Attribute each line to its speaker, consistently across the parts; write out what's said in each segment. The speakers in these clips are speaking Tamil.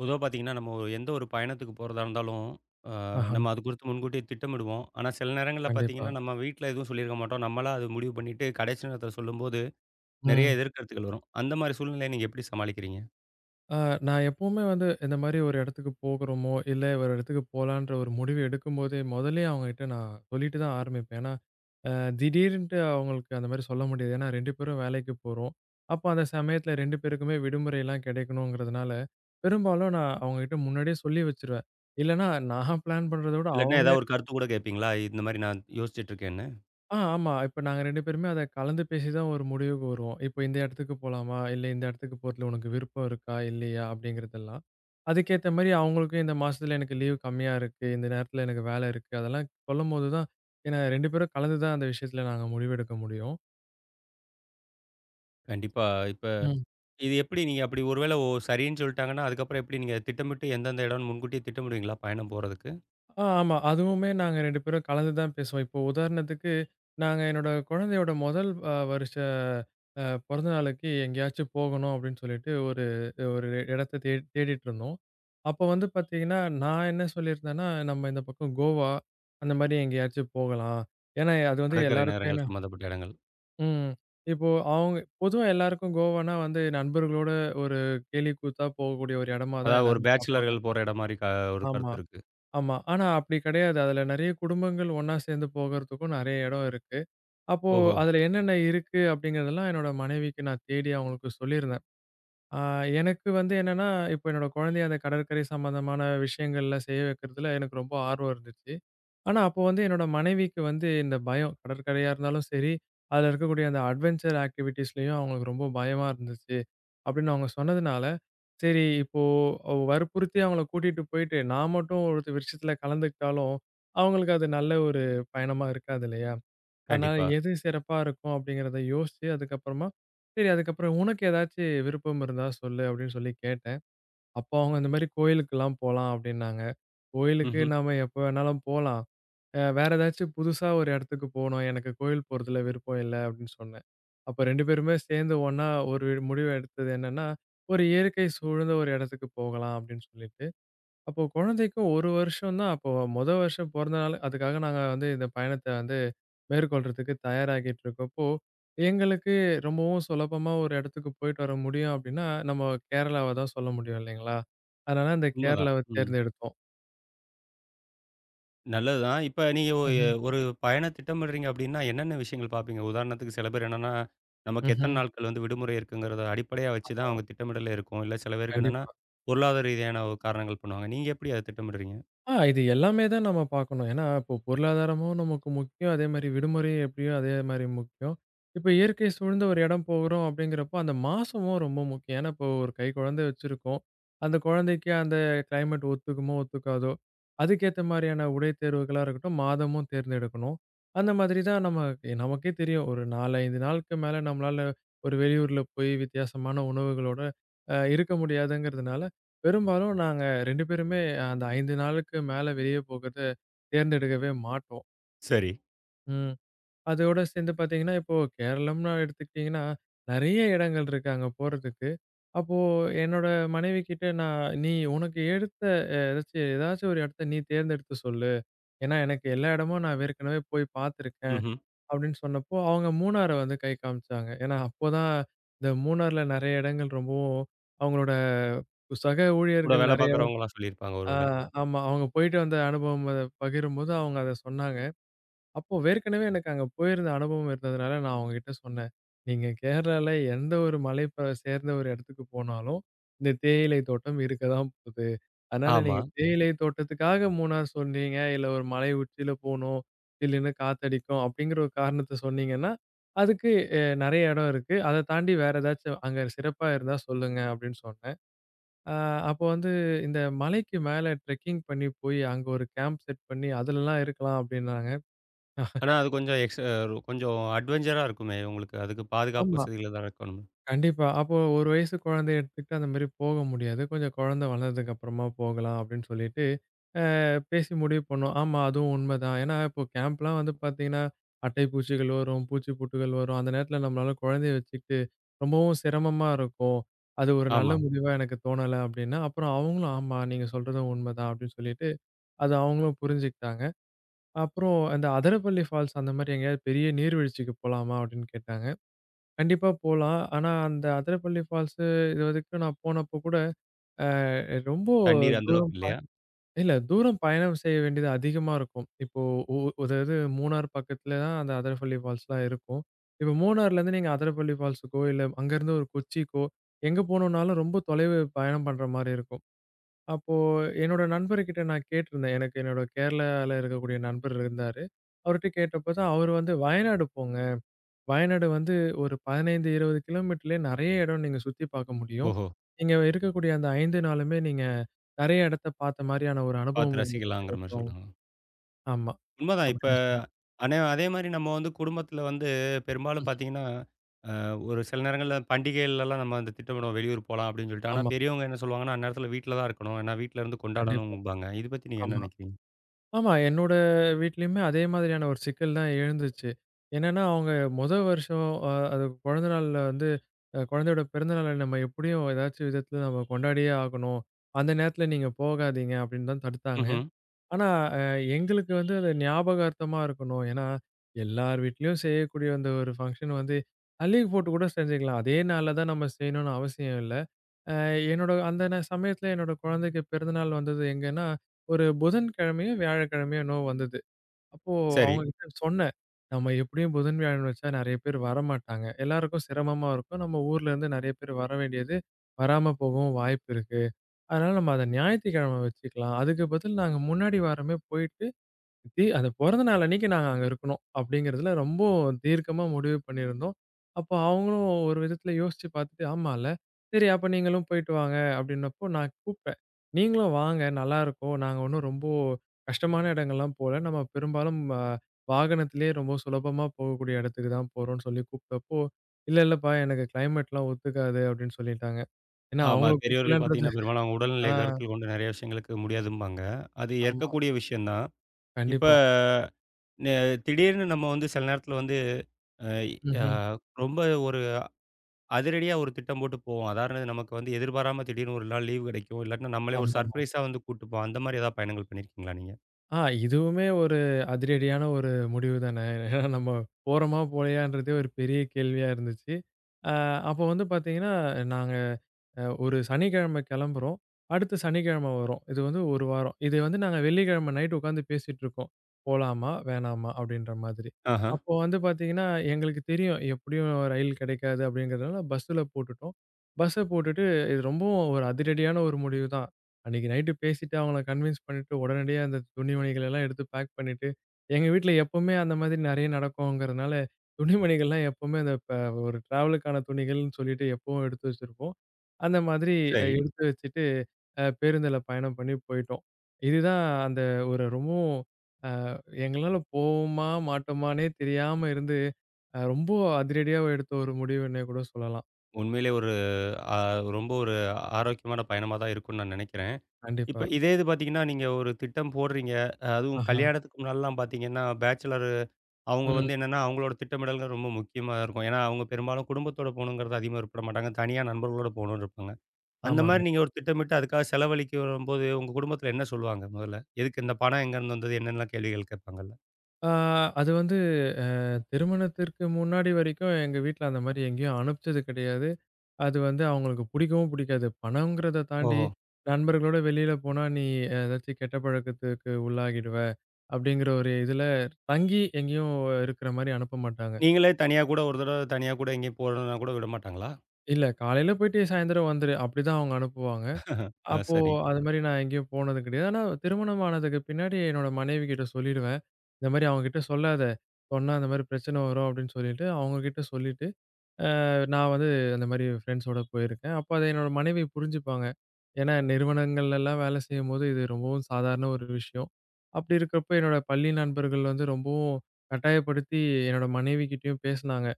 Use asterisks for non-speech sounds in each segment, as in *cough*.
Speaker 1: பொதுவா பார்த்தீங்கன்னா, நம்ம எந்த ஒரு பயணத்துக்கு போறதா இருந்தாலும், அ
Speaker 2: ஆஹா,
Speaker 1: நம்ம அது குறித்து முன்கூட்டியே திட்டமிடுவோம். ஆனா, சில நேரங்கள்ல
Speaker 2: கண்டிப்பா.
Speaker 1: பார்த்தீங்கன்னா, நம்ம வீட்ல எதுவும் சொல்லியிருக்க மாட்டோம். நம்மளா அது முடிவு பண்ணிட்டு, கடைசி நேரத்தில சொல்லும்போது, நெறைய
Speaker 2: ம்.
Speaker 1: எதிர்கருத்துக்கள் வரும். அந்த மாரி சூழ்நிலைய நீங்க எப்படி சமாளிக்கிறீங்க?
Speaker 2: ஆ நான் எப்பவுமே வந்து இந்த மாரி ஒரு இடத்துக்கு போகுறோமோ, இல்ல ஒரு இடத்துக்கு போலான்ற ஒரு முடிவு எடுக்கும்போதே, முதல்லயே அவங்ககிட்ட நான் சொல்லிட்டு தான் ஆரம்பிப்பேன். ஏன்னா, அ திடீர்ன்ட்டு அவங்களுக்கு அந்த மாரி சொல்ல முடியாது. ஏன்னா 2 பேரும் வேலைக்கு போறோம். அப்போ அந்த சமயத்துல 2 பேருக்குமே விடுமுறைலாம் கிடைக்கணுங்கிறதுனால, பெரும்பாலும் நான் அவங்ககிட்ட முன்னாடியே சொல்லி வச்சுருவேன். இல்லன்னா நான் பிளான் பண்றத விட
Speaker 1: இல்லாட்டினா
Speaker 2: அவங்களே
Speaker 1: ஏதாவது ஒரு கருத்து கூட கேட்பீங்களா? இந்த மாரி நான் யோசிச்சுட்டுருக்கேன்னு.
Speaker 2: ஆமா. இப்ப நாங்க 2 பேருமே அத கலந்து பேசி தான் ஒரு முடிவுக்கு வருவோம். இப்ப இந்த இடத்துக்கு போலாமா? இல்ல இந்த இடத்துக்கு போறதுல உனக்கு விருப்பம் இருக்கா? இல்லையா? அப்படிங்கிறதெல்லாம். அதுக்கேத்த மாரி அவங்களுக்கும் இந்த மாசத்துல எனக்கு லீவ் கம்மியா இருக்கு. இந்த நேரத்துல எனக்கு வேலை இருக்கு. அதெல்லாம் சொல்லும்போது தான் ஏன்னா 2 பேரும் கலந்து தான் அந்த விஷயத்துல நாங்க முடிவெடுக்க முடியும்.
Speaker 1: கண்டிப்பா. இப்ப இது எப்படி நீங்க அப்படி ஒரு வேள ஓ சரின்னு சொல்லிட்டாங்கன்னா, அதுக்கப்புறம் எப்படி நீங்க திட்டமிட்டு எந்தெந்த இடம்னு முன்கூட்டியே திட்டமிடுவீங்களா? பயணம் போறதுக்கு.
Speaker 2: ஆமா. அதுவுமே நாங்க 2 பேரும் கலந்து தான் பேசுவோம். இப்போ உதாரணத்துக்கு, நாங்க என்னோட குழந்தையோட முதல் அ வருஷ அ பிறந்த நாளுக்கு எங்கேயாச்சும் போகணும் அப்படின்னு சொல்லிட்டு ஒரு ஒரு இடத்த தேடிட்டு இருந்தோம். அப்போ வந்து பார்த்தீங்கன்னா, நான் என்ன சொல்லியிருந்தேன்னா, நம்ம இந்த பக்கம் கோவா அந்த மாரி எங்கேயாச்சும் போகலாம். ஏன்னா அது வந்து
Speaker 1: கடற்கரை
Speaker 2: எல்லாருக்கும்
Speaker 1: நேரங்கள்
Speaker 2: ஏன்னா
Speaker 1: சம்மந்தப்பட்ட இடங்கள்.
Speaker 2: ம். இப்போ அவங்க பொதுவா எல்லாருக்கும் கோவான்னா வந்து நண்பர்களோட ஒரு கேலி கூத்தா போகக்கூடிய ஒரு இடமா தான்
Speaker 1: அதாவது ஒரு
Speaker 2: எல்லாரும் பார்ப்பாங்க.
Speaker 1: பேச்சுலர்கள் போற இடம் மாரி ஒரு
Speaker 2: ஆமா.
Speaker 1: கருத்து இருக்கு.
Speaker 2: ஆமா. ஆனா அப்படி கிடையாது. அதுல நெறைய குடும்பங்கள் ஒண்ணா சேர்ந்து போகறதுக்கும் நெறைய இடம் இருக்கு. அப்போ
Speaker 1: ஓஹோ!
Speaker 2: அதுல என்னென்ன இருக்கு அப்படிங்கிறதெல்லாம் என்னோட மனைவிக்கு நான் தேடி அவங்களுக்கு சொல்லியிருந்தேன். ஆ எனக்கு வந்து என்னன்னா, இப்போ என்னோட குழந்தைய அந்த கடற்கரை சம்மந்தமான விஷயங்கள்ல செய்ய வைக்கிறதுல எனக்கு ரொம்ப ஆர்வம் இருந்துச்சு. ஆனா அப்போ வந்து என்னோட மனைவிக்கு வந்து இந்த பயம். கடற்கரையா இருந்தாலும் சரி, அதுல இருக்கக்கூடிய அந்த அட்வென்ச்சர் ஆக்டிவிட்டீஸ்லயும் அவங்களுக்கு ரொம்ப பயமா இருந்துச்சு. அப்படின்னு அவங்க சொன்னதுனால, சரி, இப்போ வற்புறுத்தி அவங்கள கூட்டிட்டு போயிட்டு, நான் மட்டும் ஒரு விஷயத்துல கலந்துக்கிட்டாலும், அவங்களுக்கு அது நல்ல ஒரு பயணமா இருக்காது இல்லையா? அதனால
Speaker 1: கண்டிப்பா.
Speaker 2: எது சிறப்பா இருக்கும் அப்படிங்கிறத யோசிச்சு, அதுக்கப்புறமா, சரி அதுக்கப்புறம் "உனக்கு ஏதாச்சு விருப்பம் இருந்தா சொல்லு" அப்படின்னு சொல்லி கேட்டேன். அப்போ அவங்க இந்த மாரி "கோயிலுக்கெல்லாம் போலாம்" அப்படின்னாங்க. கோயிலுக்கு
Speaker 1: ம்ஹ்ம்.
Speaker 2: நாம எப்போ வேணாலும் போலாம். வேற ஏதாச்சும் புதுசா ஒரு இடத்துக்கு போணும். எனக்கு கோயில் போறதுல விருப்பம் இல்ல அப்படின்னு சொன்னேன். அப்ப 2 பேருமே சேர்ந்து ஒண்ணா ஒரு முடிவு எடுத்தது என்னன்னா, ஒரு இயற்கை சூழ்ந்த ஒரு இடத்துக்கு போகலாம் அப்படின்னு சொல்லிட்டு. அப்போ குழந்தைக்கும் 1 வருஷம் தான். அப்போ மொத வருஷம் பொறந்தனால அதுக்காக நாங்க வந்து இந்த பயணத்த வந்து மேற்கொள்றதுக்கு தயாராகிட்டு இருக்கப்போ, எங்களுக்கு ரொம்பவும் சுலபமா ஒரு இடத்துக்கு போயிட்டு வர முடியும் அப்படின்னா, நம்ம கேரளாவ தான் சொல்ல முடியும் இல்லைங்களா? அதனால அந்த
Speaker 1: உண்மதான்.
Speaker 2: கேரளாவ
Speaker 1: ம்.
Speaker 2: தேர்ந்தெடுத்தோம்.
Speaker 1: நல்லது தான். இப்ப நீங்க ஒ எ
Speaker 2: ம்ஹ்ம்.
Speaker 1: ஒரு பயணம் திட்டமிடுறீங்க அப்டின்னா, என்னென்ன விஷயங்கள் பார்ப்பீங்க? உதாரணத்துக்கு சில பேர் என்னன்னா, நமக்கு எத்தன
Speaker 2: ம்ஹ்ம்.
Speaker 1: நாட்கள் வந்து விடுமுறை இருக்குங்கிறத அடிப்படையா வச்சு தான்
Speaker 2: ஆமா.
Speaker 1: அவங்க திட்டமிடலே இருக்கும். இல்ல சில பேருக்கு என்னன்னா,
Speaker 2: கண்டிப்பா.
Speaker 1: பொருளாதார ரீதியான ஒரு காரணங்கள் பண்ணுவாங்க. நீங்க எப்படி அத திட்டமிடுறீங்க?
Speaker 2: இது எல்லாமே தான் நம்ம பார்க்கணும். ஏன்னா, இப்போ பொருளாதாரமும் நமக்கு முக்கியம். அதே மாரி விடுமுறையும் எப்படியோ அதே மாரி முக்கியம். இப்போ இயற்கை சூழ்ந்த ஒரு இடம் போகிறோம் அப்படிங்கிறப்போ, அந்த மாசமும் ரொம்ப முக்கியம். ஏன்னா, இப்போ ஒரு கை குழந்தை வச்சிருக்கோம். அந்த குழந்தைக்கு அந்த கிளைமேட் ஒத்துக்குமோ, ஒத்துக்காதோ, அதுக்கேத்த மாரியான உடை தேர்வுகளா இருக்கட்டும், மாதமும் தேர்ந்தெடுக்கணும். அந்த மாதிரி தான் நம்ம நமக்கே தெரியும். ஒரு 4, 5 நாளுக்கு மேல நம்மளால ஒரு வெளியூர்ல போய் வித்தியாசமான உணவுகளோட இருக்க முடியாதுங்கிறதுனால, பெரும்பாலும் நாங்க 2 பேருமே அந்த 5 நாளுக்கு மேல வெளிய போகறத தேர்ந்தெடுக்கவே மாட்டோம்.
Speaker 1: சரி.
Speaker 2: ம். அதோட சேர்ந்து பார்த்தீங்கன்னா, இப்போ கேரளம்னு எடுத்துக்கிட்டீங்கன்னா, நெறைய இடங்கள் இருக்கு அங்க போறதுக்கு. அப்போ என்னோட மனைவிகிட்ட நான், "நீ உனக்கு எடுத்த ஏதாச்சும் ஏதாச்சும் ஒரு இடத்த நீ தேர்ந்தெடுத்து சொல்லு. ஏன்னா எனக்கு எல்லா இடமும் நான் ஏற்கனவே போய் பார்த்துருக்கேன்."
Speaker 1: ம்ஹ்ம்.
Speaker 2: அப்படின்னு சொன்னப்போ, அவங்க மூணார வந்து கை காமிச்சாங்க. ஏன்னா அப்போதான் இந்த மூணார்ல நெறைய இடங்கள் ரொம்பவும் அவங்களோட சக
Speaker 1: கூட
Speaker 2: ஊழியர்கள்
Speaker 1: வேலை
Speaker 2: நெறைய
Speaker 1: பார்க்குறவங்கலாம் சொல்லியிருப்பாங்க
Speaker 2: ஆ,
Speaker 1: ஒருவேள.
Speaker 2: ஆமா. அவங்க போயிட்டு வந்த அனுபவம் அத பகிரும்போது அவங்க அத சொன்னாங்க. அப்போ ஏற்கனவே எனக்கு அங்க போயிருந்த அனுபவம் இருந்ததுனால, நான் அவங்ககிட்ட சொன்னேன். "நீங்க கேரளால எந்த ஒரு மலை ப சேர்ந்த ஒரு இடத்துக்கு போனாலும், இந்த தேயிலை தோட்டம் இருக்க தான் போகுது. அதனால
Speaker 1: ஆமா.
Speaker 2: நீங்க தேயிலை தோட்டத்துக்காக மூணார் சொன்னீங்க, இல்ல ஒரு மலை உச்சியில போணும், சில்லுன்னு காத்தடிக்கும்" அப்படிங்கிற ஒரு காரணத்த சொன்னீங்கன்னா, அதுக்கு நெறைய இடம் இருக்கு. அத தாண்டி வேற ஏதாச்சும் அங்க சிறப்பா இருந்தா சொல்லுங்க அப்படின்னு சொன்னேன். ஆ, அப்போ வந்து இந்த மலைக்கு மேல ட்ரெக்கிங் பண்ணி போய், அங்க ஒரு கேம்ப் செட் பண்ணி அதுலலாம் இருக்கலாம் அப்டின்னாங்க.
Speaker 1: ஆனா, அது கொஞ்சம் எக்ஸ் அ கொஞ்சம் அட்வென்ச்சரா இருக்குமே உங்களுக்கு. அதுக்கு பாதுகாப்பு
Speaker 2: ஆமா,
Speaker 1: வசதிகள் தான் இருக்கணும்.
Speaker 2: கண்டிப்பா. அப்போ 1 வயசு குழந்தைய எடுத்துக்கிட்டு அந்த மாரி போக முடியாது. கொஞ்சம் குழந்தை வளர்ந்ததுக்கு அப்புறமா போகலாம் அப்டின்னு சொல்லிட்டு, அ பேசி முடிவு பண்ணோம். ஆமா, அதுவும் உண்மதான். ஏன்னா, இப்போ கேம்ப்லாம் வந்து பார்த்தீங்கன்னா, அட்டை பூச்சிகள் வரும், பூச்சி புட்டுகள் வரும். அந்த நேரத்துல நம்மளால குழந்தைய வச்சுக்கிட்டு ரொம்பவும் சிரமமா இருக்கும். அது ஒரு நல்ல
Speaker 1: ஆமா.
Speaker 2: முடிவா எனக்கு தோணல அப்டின்னா, அப்புறம் அவங்களும் ஆமா நீங்க சொல்றதும் உண்மதான் அப்டின்னு சொல்லிட்டு, அத அவங்களும் புரிஞ்சுக்கிட்டாங்க. அப்புறம் அந்த "அதரப்பள்ளி ஃபால்ஸ்" அந்த மாரி எங்கேயாவது பெரிய நீர்வீழ்ச்சிக்கு போலாமா? அப்படின்னு கேட்டாங்க. கண்டிப்பா போலாம். ஆனா அந்த "அதரப்பள்ளி ஃபால்ஸு" இதுவரைக்கும் நான் போனப்போ கூட ரொம்ப
Speaker 1: தண்ணீர் அந்த
Speaker 2: தூரம்
Speaker 1: அளவுக்கு
Speaker 2: ப
Speaker 1: இல்லையா?
Speaker 2: இல்ல தூரம் பயணம் செய்ய வேண்டியது அதிகமா இருக்கும். இப்போ உ அதாவது மூணார் பக்கத்துல தான் அந்த "அதரப்பள்ளி ஃபால்ஸ்லாம்" இருக்கும். இப்போ மூணார்லேருந்து நீங்க "அதரப்பள்ளி ஃபால்ஸுக்கோ" இல்ல அங்கேருந்து ஒரு கொச்சிக்கோ எங்க போணும்னாலும் ரொம்ப தொலைவு பயணம் பண்ற மாரி இருக்கும். அப்போ என்னோட நண்பர்கிட்ட நான் கேட்டிருந்தேன். எனக்கு என்னோட கேரளால இருக்கக்கூடிய நண்பர் இருந்தாரு. அவர்ட்ட கேட்டப்ப தான் அவரு வந்து "வயநாடு போங்க. வயநாடு வந்து ஒரு 15, 20 கிலோமீட்டர்லயே நெறைய இடம் நீங்க சுத்தி பார்க்க முடியும்.
Speaker 1: ஓஹோ!
Speaker 2: நீங்க இருக்கக்கூடிய அந்த 5 நாளுமே நீங்க நெறைய இடத்த பார்த்த மாரியான ஒரு
Speaker 1: பார்த்து
Speaker 2: அனுபவம் உங்களுக்கு
Speaker 1: ரசிக்கலாங்கிற மாரி
Speaker 2: கிடைக்கும்."
Speaker 1: சொல்றாங்களா?
Speaker 2: ஆமா.
Speaker 1: உண்மதான். இப்ப
Speaker 2: அப்படின்னு சொன்னாரு.
Speaker 1: அனே அதே மாரி நம்ம வந்து குடும்பத்தில வந்து பெரும்பாலும்
Speaker 2: ம்ஹ்ம்.
Speaker 1: பார்த்தீங்கன்னா, அ ஒரு சில நேரங்கள்ல பண்டிகைகள்லாம் நம்ம வந்து திட்டமிடுவோம். வெளியூர் போலாம் அப்படின்னு சொல்லிட்டு. ஆனா
Speaker 2: ஆமா.
Speaker 1: பெரியவங்க என்ன சொல்லுவாங்கன்னா, அந்நேரத்தில வீட்ல தான் இருக்கணும். ஏன்னா வீட்ல இருந்து
Speaker 2: கண்டிப்பா.
Speaker 1: கொண்டாடணும்பாங்க. இது பத்தி நீங்க என்ன
Speaker 2: ஆமா.
Speaker 1: நினைக்கிறீங்க?
Speaker 2: ஆமா. என்னோட வீட்லயுமே அதே மாதிரியான ஒரு சிக்கல் தான் எழுந்துச்சு. என்னன்னா, அவங்க மொத வருஷம் அ அது குழந்த நாள்ல வந்து அ குழந்தையோட பிறந்த நாள நம்ம எப்படியும் ஏதாச்சும் விதத்துல நம்ம கொண்டாடியே ஆகணும். அந்த நேரத்துல நீங்க போகாதீங்க அப்படின்னு தான் தடுத்தாங்க.
Speaker 1: ம்ஹ்ம்.
Speaker 2: ஆனா, அ எங்களுக்கு வந்து அது ஞாபகார்த்தமா இருக்கணும். ஏன்னா, எல்லார் வீட்லயும் செய்யக்கூடிய அந்த ஒரு ஃபங்ஷன் வந்து, லீவ் போட்டு கூட செஞ்சுக்கலாம். அதே நாள்ல தான் நம்ம செய்யணும்னு அவசியம் இல்ல. அ என்னோட அந்த சமயத்துல என்னோட குழந்தைக்கு பிறந்தநாள் வந்தது எங்கன்னா, ஒரு புதன்கிழமையோ, வியாழக்கிழமையோ என்னவோ வந்தது. அப்போ
Speaker 1: சரி.
Speaker 2: அவங்ககிட்ட சொன்னேன். "நம்ம எப்படியும் புதன், வியாழன் வச்சா நெறைய பேர் வரமாட்டாங்க. எல்லாருக்கும் சிரமமா இருக்கும். நம்ம ஊர்ல இருந்து நெறைய பேர் வர வேண்டியது வராம போகவும் வாய்ப்பு இருக்கு. அதனால நம்ம அத ஞாயிற்றுக்கிழமை வச்சுக்கலாம். அதுக்கு பதில் நாங்க முன்னாடி வாரமே போயிட்டு அந்த பொறந்த நாள் அன்னைக்கு நாங்க அங்க இருக்கணும். அப்படிங்கிறதுல ரொம்ப தீர்க்கமா முடிவு பண்ணியிருந்தோம். அப்போ அவங்களும் ஒரு விதத்துல யோசிச்சு பார்த்துட்டு, ஆமால்ல. சரி அப்ப நீங்களும் போயிட்டு வாங்க அப்படின்னப்போ, நான் கூப்பிட்டேன். நீங்களும் வாங்க நல்லாருக்கும். நாங்க ஒண்ணும் ரொம்ப கஷ்டமான இடங்கள்லாம் போல. நம்ம பெரும்பாலும் வாகனத்திலேயே ரொம்ப சுலபமா போகக்கூடிய இடத்துக்கு தான் போறோம்ன்னு சொல்லி கூப்பிட்டப்போ, இல்ல இல்லப்பா எனக்கு கிளைமேட்லாம் ஒத்துக்காது அப்படின்னு சொல்லிட்டாங்க. ஏன்னா
Speaker 1: ஆமா.
Speaker 2: அவங்கள
Speaker 1: பெரியவர்கள்
Speaker 2: கூப்பிடலன்றது
Speaker 1: பார்த்தீங்கன்னா, பெரும்பாலும் அவங்க
Speaker 2: ஆ
Speaker 1: உடல்நிலையை கருத்தில் கொண்டு நிறைய விஷயங்களுக்கு முடியாதும்பாங்க. அது
Speaker 2: ஆமா.
Speaker 1: ஏற்கக்கூடிய விஷயம் தான். இப்ப
Speaker 2: கண்டிப்பா.
Speaker 1: நெ திடீர்னு நம்ம வந்து சில நேரத்தில வந்து அ அ
Speaker 2: ம்ஹ்ம்.
Speaker 1: ரொம்ப அதிரடியா ஒரு திட்டம் போட்டு போவோம். அதாவது நமக்கு வந்து எதிர்பாராம திடீர்னு ஒரு நாள் லீவ் கிடைக்கும். இல்லாட்டினா நம்மளே ஒரு
Speaker 2: ஆமாமா.
Speaker 1: சர்ப்ரைஸா வந்து கூட்டு போவோம். அந்த மாரி ஏதாவது பயணங்கள் பண்ணியிருக்கீங்களா நீங்க?
Speaker 2: ஆ இதுவுமே ஒரு அதிரடியான ஒரு முடிவு தானே. ஏன்னா நம்ம போறோமா போலையான்றதே ஒரு பெரிய கேள்வியா இருந்துச்சு. அ அப்போ வந்து பார்த்தீங்கன்னா, நாங்க ஒரு சனிக்கிழமை கிளம்புறோம். அடுத்த சனிக்கிழமை வரோம். இது வந்து 1 வாரம். இது வந்து நாங்க வெள்ளிக்கிழமை நைட் உட்காந்து பேசிட்டுருக்கோம். போலாமா? வேணாமா? அப்படின்ற மாதிரி.
Speaker 1: ஆஹா,
Speaker 2: அப்போ வந்து பார்த்தீங்கன்னா, எங்களுக்கு தெரியும் எப்படியும் ரயில் கிடைக்காது அப்படிங்கிறதுனால பஸ்ஸுல போட்டுட்டோம். பஸ்ஸ போட்டுட்டு இது ரொம்பவும் ஒரு அதிரடியான ஒரு முடிவு தான். அன்னைக்கு நைட்டு பேசிட்டு அவங்கள கன்வின்ஸ் பண்ணிட்டு, உடனடியா அந்த துணிமணிகள் எல்லாம் எடுத்து பேக் பண்ணிட்டு, எங்க வீட்ல எப்பவுமே அந்த மாதிரி நெறைய நடக்குங்கிறதுனால, துணிமணிகள்லாம் எப்பவுமே அந்த ப ஒரு டிராவலுக்கான துணிகள்னு சொல்லிட்டு எப்பவும் எடுத்து வச்சிருப்போம். அந்த மாதிரி
Speaker 1: சரி.
Speaker 2: எடுத்து வச்சுட்டு, பேருந்துல பயணம் பண்ணி போயிட்டோம். இதுதான் அந்த ஒரு ரொம்பவும் அ எங்களால போவோமா, மாட்டோமான்னே தெரியாம இருந்து, ரொம்ப அதிரடியா எடுத்த ஒரு முடிவுன்னே கூட சொல்லலாம்.
Speaker 1: உண்மையிலே ஒரு அ ரொம்ப ஒரு ஆரோக்கியமான பயணமா தான் இருக்கும்னு நான் நினைக்கிறேன்.
Speaker 2: கண்டிப்பா.
Speaker 1: இப்ப இதே இது பார்த்தீங்கன்னா, நீங்க ஒரு திட்டம் போடுறீங்க. அதுவும்
Speaker 2: ஆஹா.
Speaker 1: கல்யாணத்துக்கு முன்னாடிலாம் பார்த்தீங்கன்னா, பேச்சலர் அவங்க
Speaker 2: ம்.
Speaker 1: வந்து என்னன்னா, அவங்களோட திட்டமிடல்கள் ரொம்ப முக்கியமா இருக்கும். ஏன்னா, அவங்க பெரும்பாலும் குடும்பத்தோட போகணுங்கிறது அதிகமா விருப்பப்பட மாட்டாங்க. தனியா நண்பர்களோட போகணும்னு இருப்பாங்க. அந்த மாரி
Speaker 2: ஆமாங்க.
Speaker 1: நீங்க ஒரு திட்டமிட்டு அதுக்காக செலவழிக்க வரும்போது, உங்க குடும்பத்தில என்ன சொல்லுவாங்க முதல்ல? எதுக்கு இந்த பணம் எங்கேருந்து வந்தது? என்னென்னலாம் கேள்விகள் கேட்பாங்கல்ல?
Speaker 2: ஆ அது வந்து அ திருமணத்திற்கு முன்னாடி வரைக்கும் எங்க வீட்ல அந்த மாரி எங்கேயும் அனுப்பிச்சது கிடையாது. அது வந்து அவங்களுக்கு பிடிக்கவும் பிடிக்காது. பணம்ங்கிறத தாண்டி
Speaker 1: ஓஹோ!
Speaker 2: நண்பர்களோட வெளியில போனா நீ ஏதாச்சும் கெட்ட பழக்கத்துக்கு உள்ளாகிடுவ. அப்படிங்கிற ஒரு இதுல தங்கி எங்கேயும் இருக்கிற மாரி அனுப்ப மாட்டாங்க.
Speaker 1: நீங்களே தனியா கூட ஒரு தடவ தனியா கூட எங்கேயும் போறதுனா கூட விட மாட்டாங்களா?
Speaker 2: இல்ல காலையில போயிட்டு சாயந்தரம் வந்துரு. அப்படிதான் அவங்க அனுப்புவாங்க.
Speaker 1: *laughs* ஆ
Speaker 2: அப்போ
Speaker 1: சரி.
Speaker 2: அது மாரி நான் எங்கேயும் போனது கிடையாது. ஆனா திருமணம் ஆனதுக்கு பின்னாடி என்னோட மனைவிகிட்ட சொல்லிடுவேன். இந்த மாரி அவங்ககிட்ட சொல்லாத. சொன்னா இந்த மாரி பிரச்சனை வரும் அப்படின்னு சொல்லிட்டு, அவங்க கிட்ட சொல்லிட்டு நான் வந்து அந்த மாரி ஃப்ரெண்ட்ஸோட போயிருக்கேன். அப்ப அத என்னோட மனைவி புரிஞ்சுப்பாங்க. ஏன்னா நிறுவனங்கள்லலாம் வேலை செய்யும்போது இது ரொம்பவும் சாதாரண ஒரு விஷயம். அப்படி இருக்கிறப்போ என்னோட பள்ளி நண்பர்கள் வந்து ரொம்பவும் கட்டாயப்படுத்தி என்னோட மனைவிகிட்டயும் பேசுனாங்க.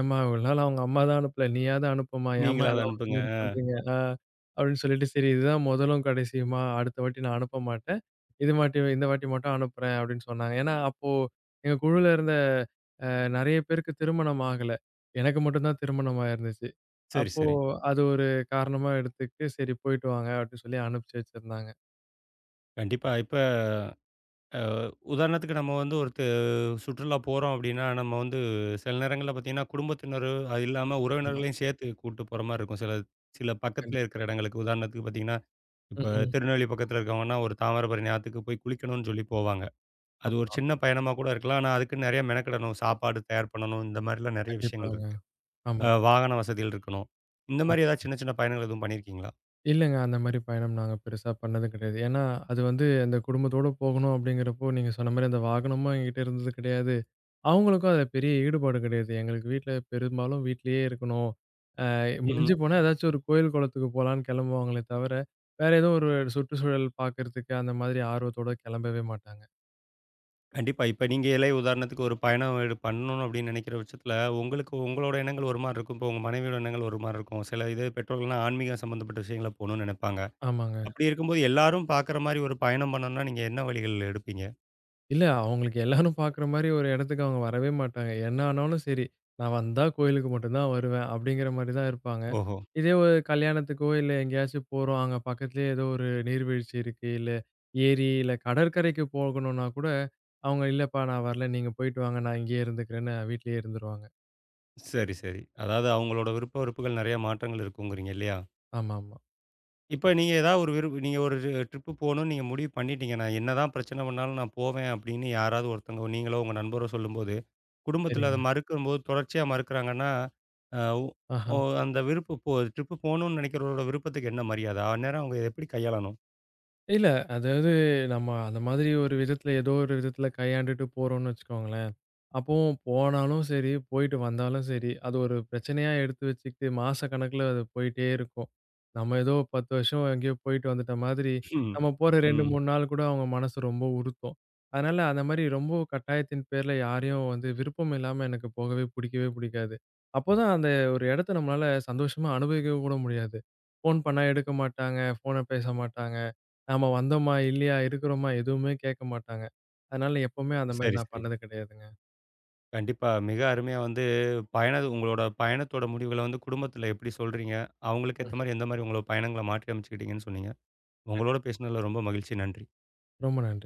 Speaker 2: "ஏம்மா இவ்வளவு நாள் அவங்க அம்மா தான் அனுப்பல. நீயாவது அனுப்புமா. ஏம்மா
Speaker 1: நீங்களா அத
Speaker 2: எல்லாம் ஒரே
Speaker 1: அனுப்புங்க.
Speaker 2: மாரி பண்றீங்க?" அப்படின்னு சொல்லிட்டு, "சரி இதுதான் முதலும் கடைசியுமா. அடுத்த வாட்டி நான் அனுப்ப மாட்டேன். இது மாட்டி இந்த வாட்டி மட்டும் அனுப்புறேன்" அப்படின்னு சொன்னாங்க. ஏன்னா அப்போ எங்க குழுல இருந்த நெறைய பேருக்கு திருமணம் ஆகல. எனக்கு மட்டும் தான் திருமணம் ஆயிருந்துச்சு.
Speaker 1: சரி,
Speaker 2: அப்போ
Speaker 1: சரி.
Speaker 2: அது ஒரு காரணமா எடுத்துக்கிட்டு, சரி போயிட்டு வாங்க அப்படின்னு சொல்லி அனுப்பிச்சு வச்சிருந்தாங்க.
Speaker 1: கண்டிப்பா. இப்ப அ உதாரணத்துக்கு நம்ம வந்து ஒரு சுற்றுலா போறோம் அப்டின்னா, நம்ம வந்து சில நேரங்கள்ல பார்த்தீங்கன்னா, குடும்பத்தினர் அது இல்லாம
Speaker 2: ஆமா.
Speaker 1: உறவினர்களையும் சேர்த்து கூட்டு போற மாரி இருக்கும். சில சில பக்கத்தில
Speaker 2: கண்டிப்
Speaker 1: இருக்கிற இடங்களுக்கு. உதாரணத்துக்கு பார்த்தீங்கன்னா, இப்ப
Speaker 2: ம்ஹ்ம்.
Speaker 1: திருநெல்வேலி பக்கத்தில இருக்கவங்கன்னா, ஒரு தாமிரபரணி ஆத்துக்கு போய் குளிக்கணும்னு சொல்லி போவாங்க. அது ஒரு
Speaker 2: ஆமா.
Speaker 1: சின்ன பயணமா கூட இருக்கலாம். ஆனா, அதுக்குன்னு நெறைய மெனக்கிடணும். சாப்பாடு தயார் பண்ணணும். இந்த மாரிலாம் நெறைய விஷயங்கள்
Speaker 2: கண்டிப்பாங்க.
Speaker 1: இருக்கு.
Speaker 2: ஆமா.
Speaker 1: வாகன வசதிகள் இருக்கணும். இந்த
Speaker 2: ஆமா.
Speaker 1: மாரி ஏதாவது சின்ன சின்ன பயணங்கள் எதுவும் பண்ணியிருக்கீங்களா?
Speaker 2: இல்லங்க அந்த மாரி பயணம் நாங்க பெருசா பண்ணது கிடையாது. ஏன்னா, அது வந்து அந்த குடும்பத்தோட போகணும் அப்படிங்கிறப்போ, நீங்க சொன்ன மாரி அந்த வாகனமும் என்கிட்ட இருந்தது கிடையாது. அவங்களுக்கும் அதுல பெரிய ஈடுபாடு கிடையாது. எங்களுக்கு வீட்ல பெரும்பாலும் வீட்லயே இருக்கணும். அ
Speaker 1: ம்ஹ்ம்.
Speaker 2: முடிஞ்சு போனா ஏதாச்சும் ஒரு கோயில், குளத்துக்கு போலான்னு கிளம்புவாங்களே தவிர, வேற ஏதோ ஒரு சுற்றுச்சூழல் பார்க்கறதுக்கு அந்த மாதிரி ஆர்வத்தோட கிளம்பவே மாட்டாங்க.
Speaker 1: கண்டிப்பா. இப்ப நீங்க இளைய உதாரணத்துக்கு ஒரு பயணம் பண்ணணும் அப்படின்னு நெனைக்கிற பட்சத்தில, உங்களுக்கு உங்களோட எண்ணங்கள் ஒரு மாரி இருக்கும். இப்போ உங்க மனைவியோட எண்ணங்கள் ஒரு மாரி இருக்கும். சில இது பெற்றோர்கள்னா ஆன்மீகம் சம்மந்தப்பட்ட விஷயங்கள போணும்னு நெனைப்பாங்க.
Speaker 2: ஆமாங்க.
Speaker 1: அப்படி இருக்கும்போது எல்லாரும் பாக்குற மாரி ஒரு பயணம் பண்ணணும்னா, நீங்க என்ன வழிகள் எடுப்பீங்க?
Speaker 2: இல்ல அவங்களுக்கு எல்லாரும் பார்க்குற மாரி ஒரு இடத்துக்கு அவங்க வரவே மாட்டாங்க. என்ன ஆனாலும் சரி, நான் வந்தா கோயிலுக்கு மட்டும் தான் வருவேன். அப்படிங்கிற மாரி தான் இருப்பாங்க.
Speaker 1: ஓஹோ!
Speaker 2: இதே ஒரு கல்யாணத்துக்கோ, இல்ல எங்கேயாச்சும் போறோம். அங்க பக்கத்திலேயே ஏதோ ஒரு நீர்வீழ்ச்சி இருக்கு. இல்ல ஏரி, இல்ல கடற்கரைக்கு போகணும்னா கூட, அவங்க இல்லப்பா நான் வரல. நீங்க போயிட்டு வாங்க. நான் இங்கேயே இருந்துக்கிறேன்னு வீட்லயே இருந்துருவாங்க.
Speaker 1: சரி, சரி. அதாவது அவங்களோட விருப்ப வெறுப்புகள் நெறைய மாற்றங்கள் இருக்குங்கிறீங்க இல்லையா?
Speaker 2: ஆமாமா.
Speaker 1: இப்ப நீங்க ஏதாவது ஒரு விரு நீங்க ஒரு ட்ரிப்பு போணும்னு நீங்க முடிவு பண்ணிட்டீங்க. நான் என்னதான் பிரச்சனை பண்ணாலும் நான் போவேன் அப்படின்னு யாராவது ஒருத்தவங்க நீங்களோ, உங்க நண்பரோ சொல்லும்போது, குடும்பத்தில அத
Speaker 2: சரிங்க.
Speaker 1: மறுக்கும்போது தொடர்ச்சியா மறுக்கிறாங்கன்னா, அ உ
Speaker 2: ஆஹ.
Speaker 1: ஓ அந்த விருப்பு போ ட்ரிப்பு போணும்னு நினைக்கிறவரோட விருப்பத்துக்கு என்ன மரியாதை? அந்நேரம் அவங்க எப்படி கையாளணும்?
Speaker 2: இல்ல. அதாவது நம்ம அந்த மாதிரி ஒரு விதத்துல, ஏதோ ஒரு விதத்துல கையாண்டுட்டு போறோம்னு வச்சுக்கோங்களேன். அப்பவும் போனாலும் சரி, போயிட்டு வந்தாலும் சரி, அது ஒரு பிரச்சனையா எடுத்து வச்சுக்கிட்டு மாசக்கணக்குல அது போயிட்டே இருக்கும். நம்ம ஏதோ 10 வருஷம் எங்கேயோ போயிட்டு வந்துட்ட மாதிரி,
Speaker 1: ம்.
Speaker 2: நம்ம போற 2,
Speaker 1: ம்.
Speaker 2: 3 நாள் கூட அவங்க மனசு ரொம்ப உறுத்தும். அதனால அந்த மாதிரி ரொம்ப கட்டாயத்தின் பேர்ல யாரையும் வந்து விருப்பம் இல்லாம எனக்கு போகவே பிடிக்கவே பிடிக்காது. அப்போதான் அந்த ஒரு இடத்த நம்மளால சந்தோஷமா அனுபவிக்க கூட முடியாது. ஃபோன் பண்ணா எடுக்க மாட்டாங்க, ஃபோன பேச மாட்டாங்க. நாம வந்தோமா, இல்லையா, இருக்கிறோமா எதுவுமே கேட்க மாட்டாங்க. அதனால எப்பவுமே அந்த மாரி
Speaker 1: சரி,
Speaker 2: நான்
Speaker 1: சரி.
Speaker 2: பண்ணது கிடையாதுங்க.
Speaker 1: கண்டிப்பா. மிக அருமையா வந்து உங்களோட பயணத்தோட முடிவுகள வந்து குடும்பத்தில எப்படி சொல்றீங்க? அவங்களுக்கு ஏத்த
Speaker 2: ம்ஹ்ம்.
Speaker 1: மாரி எந்த மாரி உங்களோட பயணங்கள மாற்றி அமைச்சுக்கிட்டீங்கன்னு சொன்னீங்க. உங்களோட பேசினதுல ரொம்ப மகிழ்ச்சி. நன்றி.
Speaker 2: ரொம்ப நன்றி.